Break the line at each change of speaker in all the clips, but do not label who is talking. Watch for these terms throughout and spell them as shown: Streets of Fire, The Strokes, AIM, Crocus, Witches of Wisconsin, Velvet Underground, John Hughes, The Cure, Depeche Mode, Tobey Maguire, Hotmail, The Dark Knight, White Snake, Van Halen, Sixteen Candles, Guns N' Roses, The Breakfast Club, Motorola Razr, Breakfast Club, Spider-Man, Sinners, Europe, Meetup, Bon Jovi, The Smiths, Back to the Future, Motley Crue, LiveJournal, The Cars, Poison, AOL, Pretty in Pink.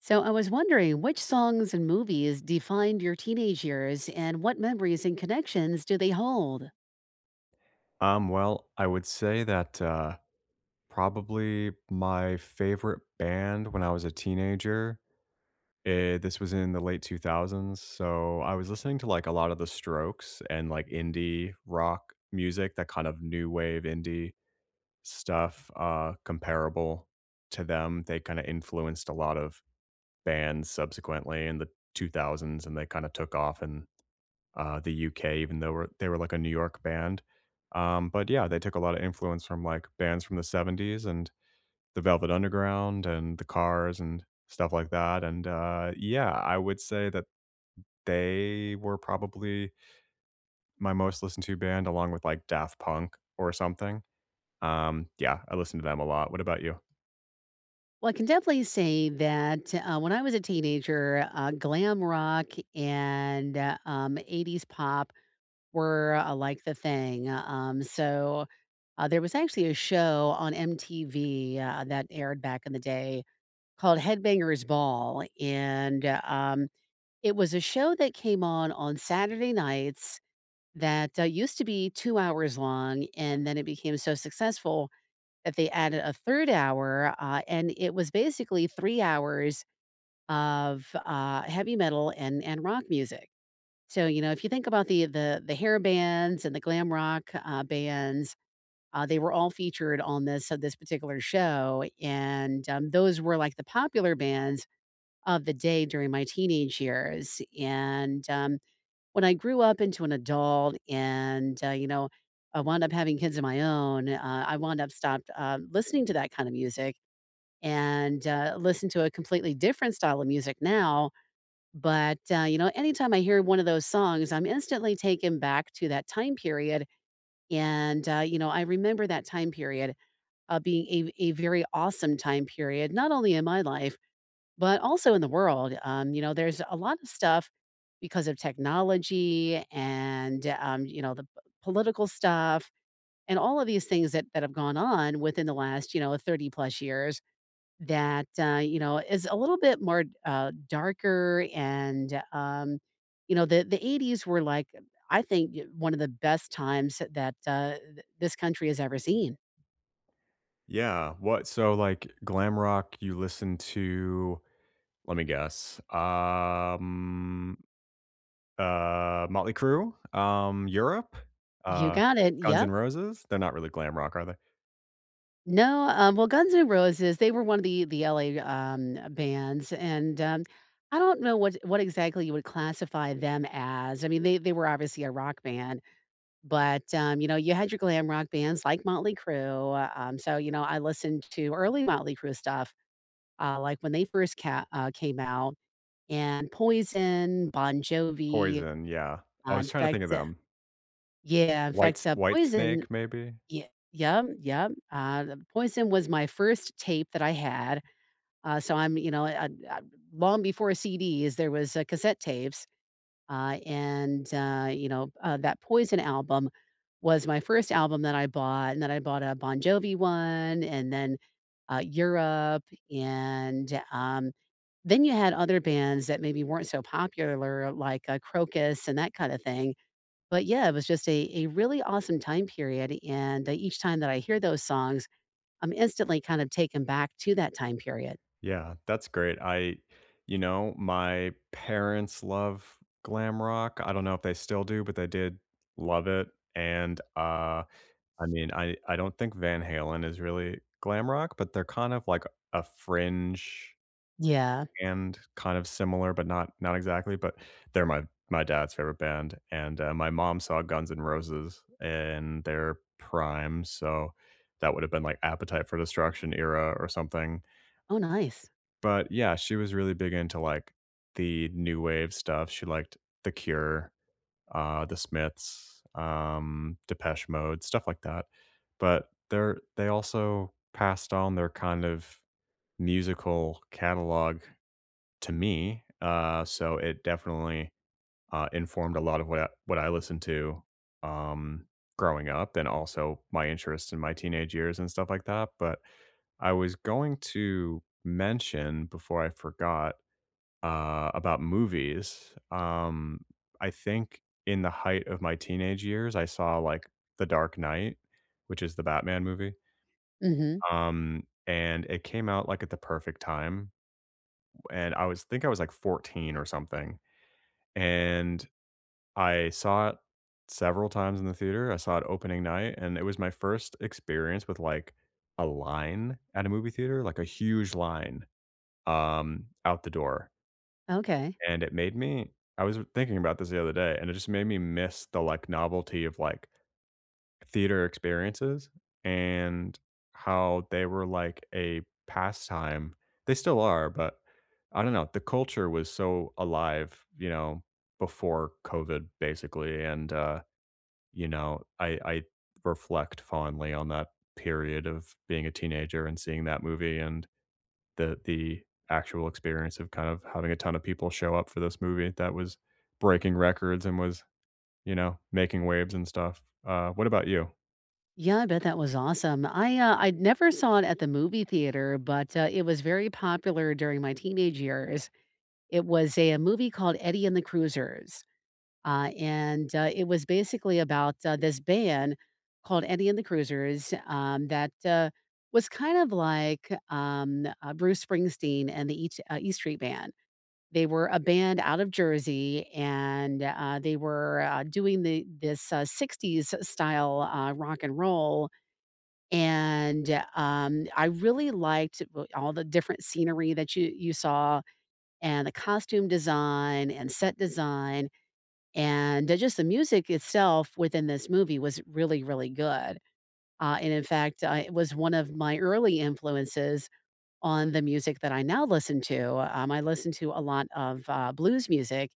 So I was wondering which songs and movies defined your teenage years and what memories and connections do they hold?
Well, I would say that, probably my favorite band when I was a teenager, this was in the late 2000s. So I was listening to, like, a lot of The Strokes and, like, indie rock music, that kind of new wave indie stuff, comparable to them. They kinda influenced a lot of bands subsequently in the 2000s, and they kinda took off in the UK, even though they were like a New York band. But yeah, they took a lot of influence from like bands from the 70s and the Velvet Underground and the Cars and stuff like that. And yeah, I would say that they were probably my most listened to band along with like Daft Punk or something. Yeah, I listened to them a lot. What about you?
Well, I can definitely say that when I was a teenager, glam rock and 80s pop were like the thing. There was actually a show on MTV that aired back in the day called Headbangers Ball. And It was a show that came on Saturday nights that used to be 2 hours long, and then it became so successful that they added a third hour, and it was basically 3 hours of heavy metal and rock music. So, you know, if you think about the hair bands and the glam rock, bands, they were all featured on this particular show, and, those were, like, the popular bands of the day during my teenage years, and, when I grew up into an adult and, you know, I wound up having kids of my own, I wound up stopped, listening to that kind of music and, listen to a completely different style of music now, but, you know, anytime I hear one of those songs, I'm instantly taken back to that time period, and, you know, I remember that time period, being a very awesome time period, not only in my life, but also in the world, you know, there's a lot of stuff because of technology and, you know, the p political stuff and all of these things that have gone on within the last, you know, 30 plus years that, you know, is a little bit more, darker and, you know, the '80s were like, I think, y one of the best times that, th this country has ever seen.
Yeah, what, so like glam rock you listen to, let me guess. Motley Crue, Europe,
You
uh,
got it,
Guns
yep.
N' Roses. They're not really glam rock, are they?
No, well, Guns N' Roses, they were one of the LA, bands, and, I don't know what exactly you would classify them as. I mean, they were obviously a rock band, but, you know, you had your glam rock bands like Motley Crue, so, you know, I listened to early Motley Crue stuff, like when they first ca came out, and Poison, Bon Jovi,
Poison, yeah. I
in
was trying to think
fact
of them.
yeah, in
White
fact,
White
Poison
Snake, maybe?
yeah, yeah, yeah. Poison was my first tape that I had. Uh, so I'm, you know, uh, uh, Long before CDs, there was cassette tapes, and you know that Poison album was my first album that I bought, and then I bought a Bon Jovi one, and then Europe, and then you had other bands that maybe weren't so popular, like Crocus and that kind of thing. But yeah, it was just a really awesome time period, and each time that I hear those songs. I'm instantly kind of taken back to that time period.
Yeah, that's great. I You know, my parents love glam rock. I don't know if they still do, but they did love it. And, I mean, I don't think Van Halen is really glam rock, but they're kind of like a fringe
Yeah.
band, kind of similar, but not exactly. But they're my dad's favorite band, and, my mom saw Guns N' Roses in their prime, so that would have been, like, Appetite for Destruction era or something.
Oh, nice.
But, yeah, she was really big into, like, the new wave stuff. She liked The Cure, The Smiths, Depeche Mode, stuff like that, but they also passed on their kind of musical catalog to me. So it definitely informed a lot of what what I listened to, um, growing up, and also my interests in my teenage years and stuff like that. But I was going to mention before I forgot, about movies. I think in the height of my teenage years, I saw like The Dark Knight, which is the Batman movie.
Mhm.
And it came out like at the perfect time. And I was like 14 or something. And I saw it several times in the theater. I saw it opening night, and it was my first experience with, like, a line at a movie theater, like a huge line, out the door.
Okay.
And it made me I was thinking about this the other day, and it just made me miss the, like, novelty of, like, theater experiences and how they were like a pastime. They still are, but I don't know. The culture was so alive, you know, before COVID, basically. And, you know, I reflect fondly on that period of being a teenager and seeing that movie and the actual experience of kind of having a ton of people show up for this movie that was breaking records and was, you know, making waves and stuff. What about you?
Yeah, I bet that was awesome. I never saw it at the movie theater, but, it was very popular during my teenage years. It was a movie called Eddie and the Cruisers. And It was basically about this band called Eddie and the Cruisers that was kind of like Bruce Springsteen and the East Street Band. They were a band out of Jersey, and they were doing the this '60s style rock and roll. And I really liked all the different scenery that you saw, and the costume design and set design and, just the music itself within this movie was really, really good. It was one of my early influences on the music that I now listen to. I listen to a lot of, blues music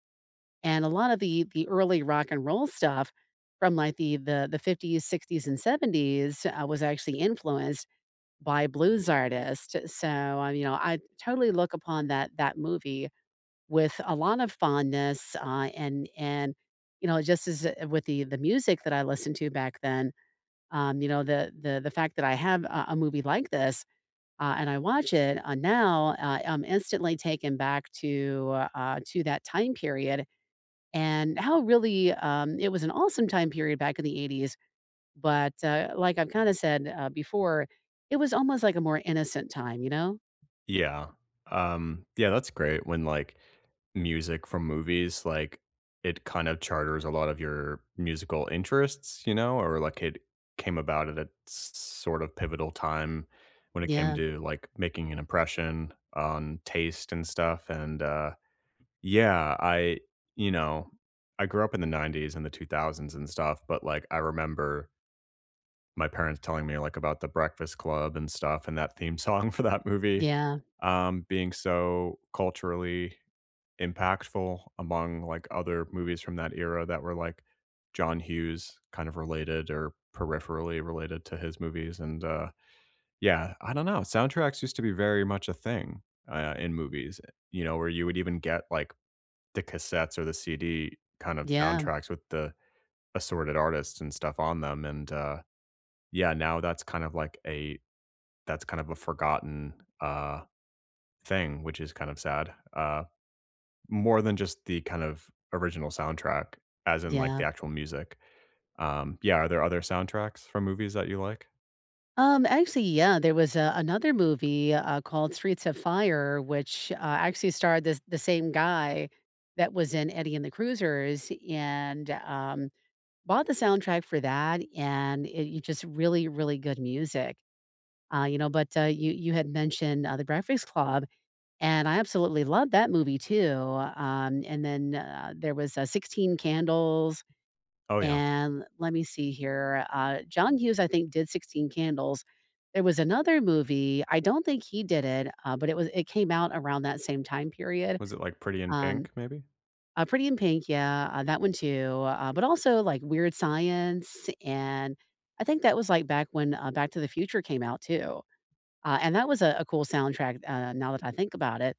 and a lot of the early rock and roll stuff from, like, the 50s, 60s, and 70s, was actually influenced by blues artists. So, you know, I totally look upon that movie with a lot of fondness, and you know, just as, with the music that I listened to back then, you know, the fact that I have a movie like this, and I watch it, now, I'm instantly taken back to that time period and how really, it was an awesome time period back in the '80s, but, like I've kinda said, before, it was almost like a more innocent time, you know?
Yeah. Yeah, that's great when, like, music from movies, like, it kind of charters a lot of your musical interests, you know, or like it came about at a sort of pivotal time when it came
Yeah.
to like making an impression on taste and stuff. And yeah, you know, I grew up in the 90s and the 2000s and stuff, but like I remember my parents telling me like about the Breakfast Club and stuff and that theme song for that movie,
Yeah.
being so culturally impactful among like other movies from that era that were like John Hughes kind of related or peripherally related to his movies. And yeah, I don't know. Soundtracks used to be very much a thing, in movies, you know, where you would even get like the cassettes or the CD kind of
Yeah.
soundtracks with the assorted artists and stuff on them. And yeah, now that's kind of like a that's kind of a forgotten, uh, thing, which is kind of sad. More than just the kind of original soundtrack, as in, like,
Yeah.
the actual music. Yeah, are there other soundtracks from movies that you like?
Actually, yeah, there was another movie called Streets of Fire, which actually starred the same guy that was in Eddie and the Cruisers, and bought the soundtrack for that, and it, you just really, really good music. You know, but You you had mentioned the Breakfast Club, and I absolutely loved that movie too. And then There was 16 Candles,
Oh, yeah.
and let me see here, John Hughes, I think, did 16 Candles. There was another movie, I don't think he did it, but it came out around that same time period.
Was it, like, Pretty in
Um,
Pink, maybe?
Pretty in Pink, yeah, that one too, but also, like, Weird Science, and I think that was, like, back when, Back to the Future came out too, and that was a cool soundtrack, now that I think about it.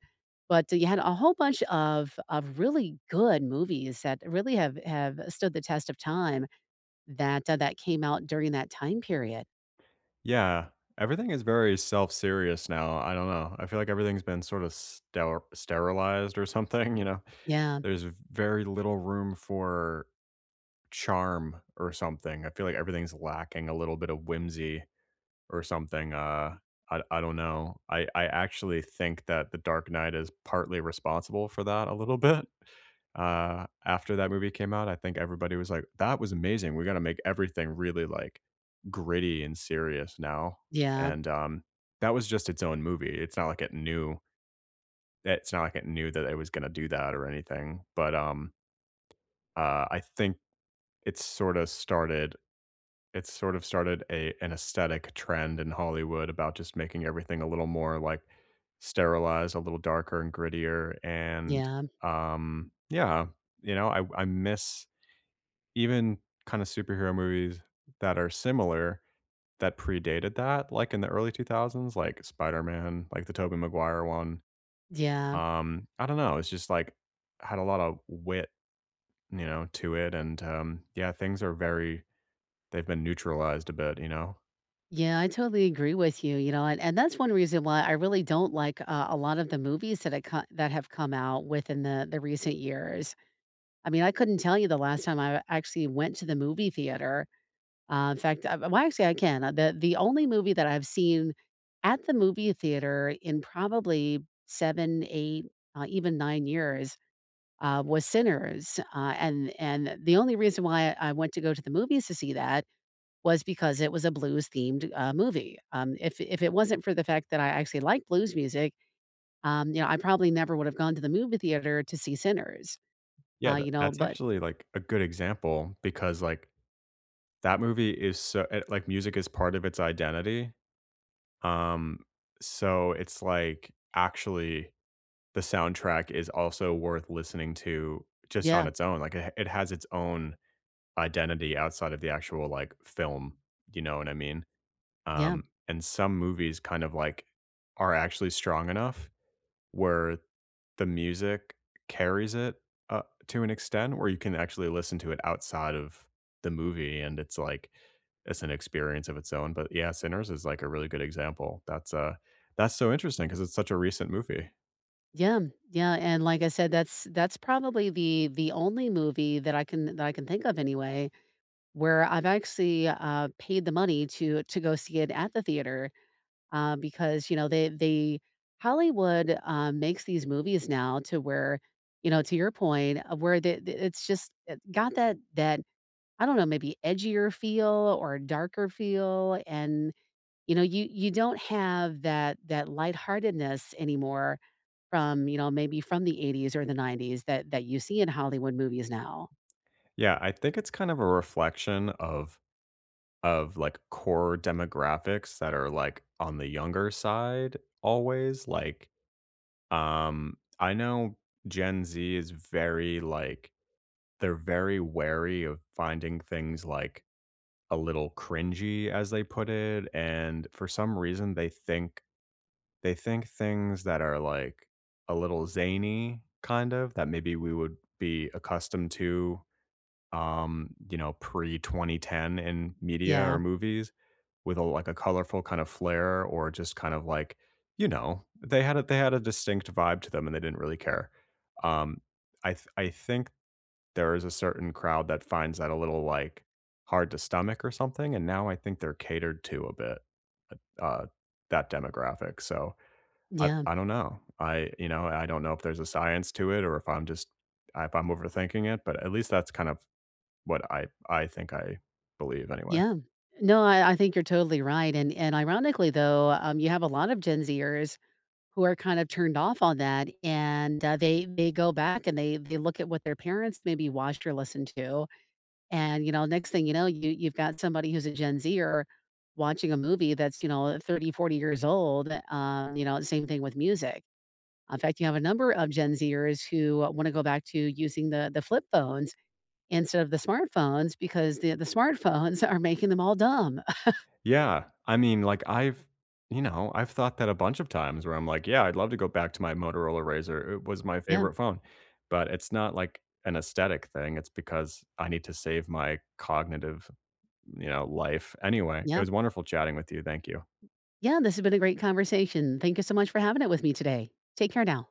But you had a whole bunch of really good movies that really have stood the test of time. That, that came out during that time period.
Yeah. Everything is very self-serious now, I don't know. I feel like everything's been sort of sterilized or something, you know?
Yeah,
There's very little room for charm or something. I feel like everything's lacking a little bit of whimsy, or something. I don't know. I actually think that The Dark Knight is partly responsible for that a little bit. After that movie came out, I think everybody was like, "That was amazing. We gotta make everything really, like, gritty and serious now."
yeah,
And, that was just its own movie. It's not like it knew that it was gonna do that or anything, but, I think it sorta started it's sort of started a an aesthetic trend in Hollywood about just making everything a little more, like, sterilized, a little darker and grittier, and,
yeah,
yeah, you know, I miss even kinda superhero movies that are similar that predated that, like, in the early 2000s, like Spider-Man, like the Tobey Maguire one.
yeah,
I don't know, it's just, like, had a lot of wit, you know, to it, and, yeah, things are very they've been neutralized a bit, you know?
yeah, I totally agree with you, you know, and that's one reason why I really don't like, a lot of the movies that I co that have come out within the recent years. I mean, I couldn't tell you the last time I actually went to the movie theater. In fact, I Well, actually, I can. The only movie that I've seen at the movie theater in probably 7, 8, even 9 years, was Sinners, and the only reason why I went to go to the movies to see that was because it was a blues-themed, movie. If it wasn't for the fact that I actually like blues music, you know, I probably never would have gone to the movie theater to see Sinners,
Yeah, that
you know,
that's
but
actually, like, a good example because, like, that movie is so like, music is part of its identity, um, so it's, like, actually the soundtrack is also worth listening to just on
Yeah,
its own, like, it has its own identity outside of the actual, like, film, you know what I mean?
yeah.
Um, and some movies kind of, like, are actually strong enough where the music carries it, uh, to an extent where you can actually listen to it outside of the movie, and it's like it's an experience of its own. But yeah, Sinners is, like, a really good example. That's so interesting because it's such a recent movie.
Yeah, yeah, and like I said, that's probably the only movie that I can think of anyway, where I've actually, paid the money to go see it at the theater, because, you know, they Hollywood, makes these movies now to where, you know, to your point, where the it's just it got I don't know, maybe edgier feel or darker feel, and, you know, you don't have that lightheartedness anymore from, you know, maybe from the '80s or the '90s that you see in Hollywood movies now.
Yeah, I think it's kind of a reflection of like, core demographics that are, like, on the younger side always, like, I know Gen Z is very, they're very wary of finding things like a little cringy as they put it, and for some reason they think things that are like a little zany kind of that maybe we would be accustomed to, um, you know, pre 2010 in media
Yeah.
or movies with a like a colorful kind of flair or just kind of like, you know, they had a distinct vibe to them and they didn't really care. Um i th- i think there is a certain crowd that finds that a little, like, hard to stomach or something, and now I think they're catered to a bit, uh, that demographic. So
Yeah.
I don't know. I You know, I don't know if there's a science to it or if I'm overthinking it, but at least that's kind of what I think I believe anyway.
Yeah. No, I think you're totally right, and ironically, though, you have a lot of Gen Zers who are kind of turned off on that, and, they go back and they look at what their parents maybe watched or listened to, and, you know, next thing you know, you've got somebody who's a Gen Zer watching a movie that's, you know, 30, 40 years old, you know, same thing with music. In fact, you have a number of Gen Zers who want to go back to using the flip phones instead of the smartphones because the smartphones are making them all dumb.
Yeah. I mean, like, I've you know, I've thought that a bunch of times where I'm like, "Yeah, I'd love to go back to my Motorola Razr. It was my
Yeah,
favorite phone." But it's not like an aesthetic thing, it's because I need to save my cognitive, you know, life. Anyway, it
yeah,
was wonderful chatting with you. Thank you.
yeah. This has been a great conversation. Thank you so much for having it with me today. Take care now.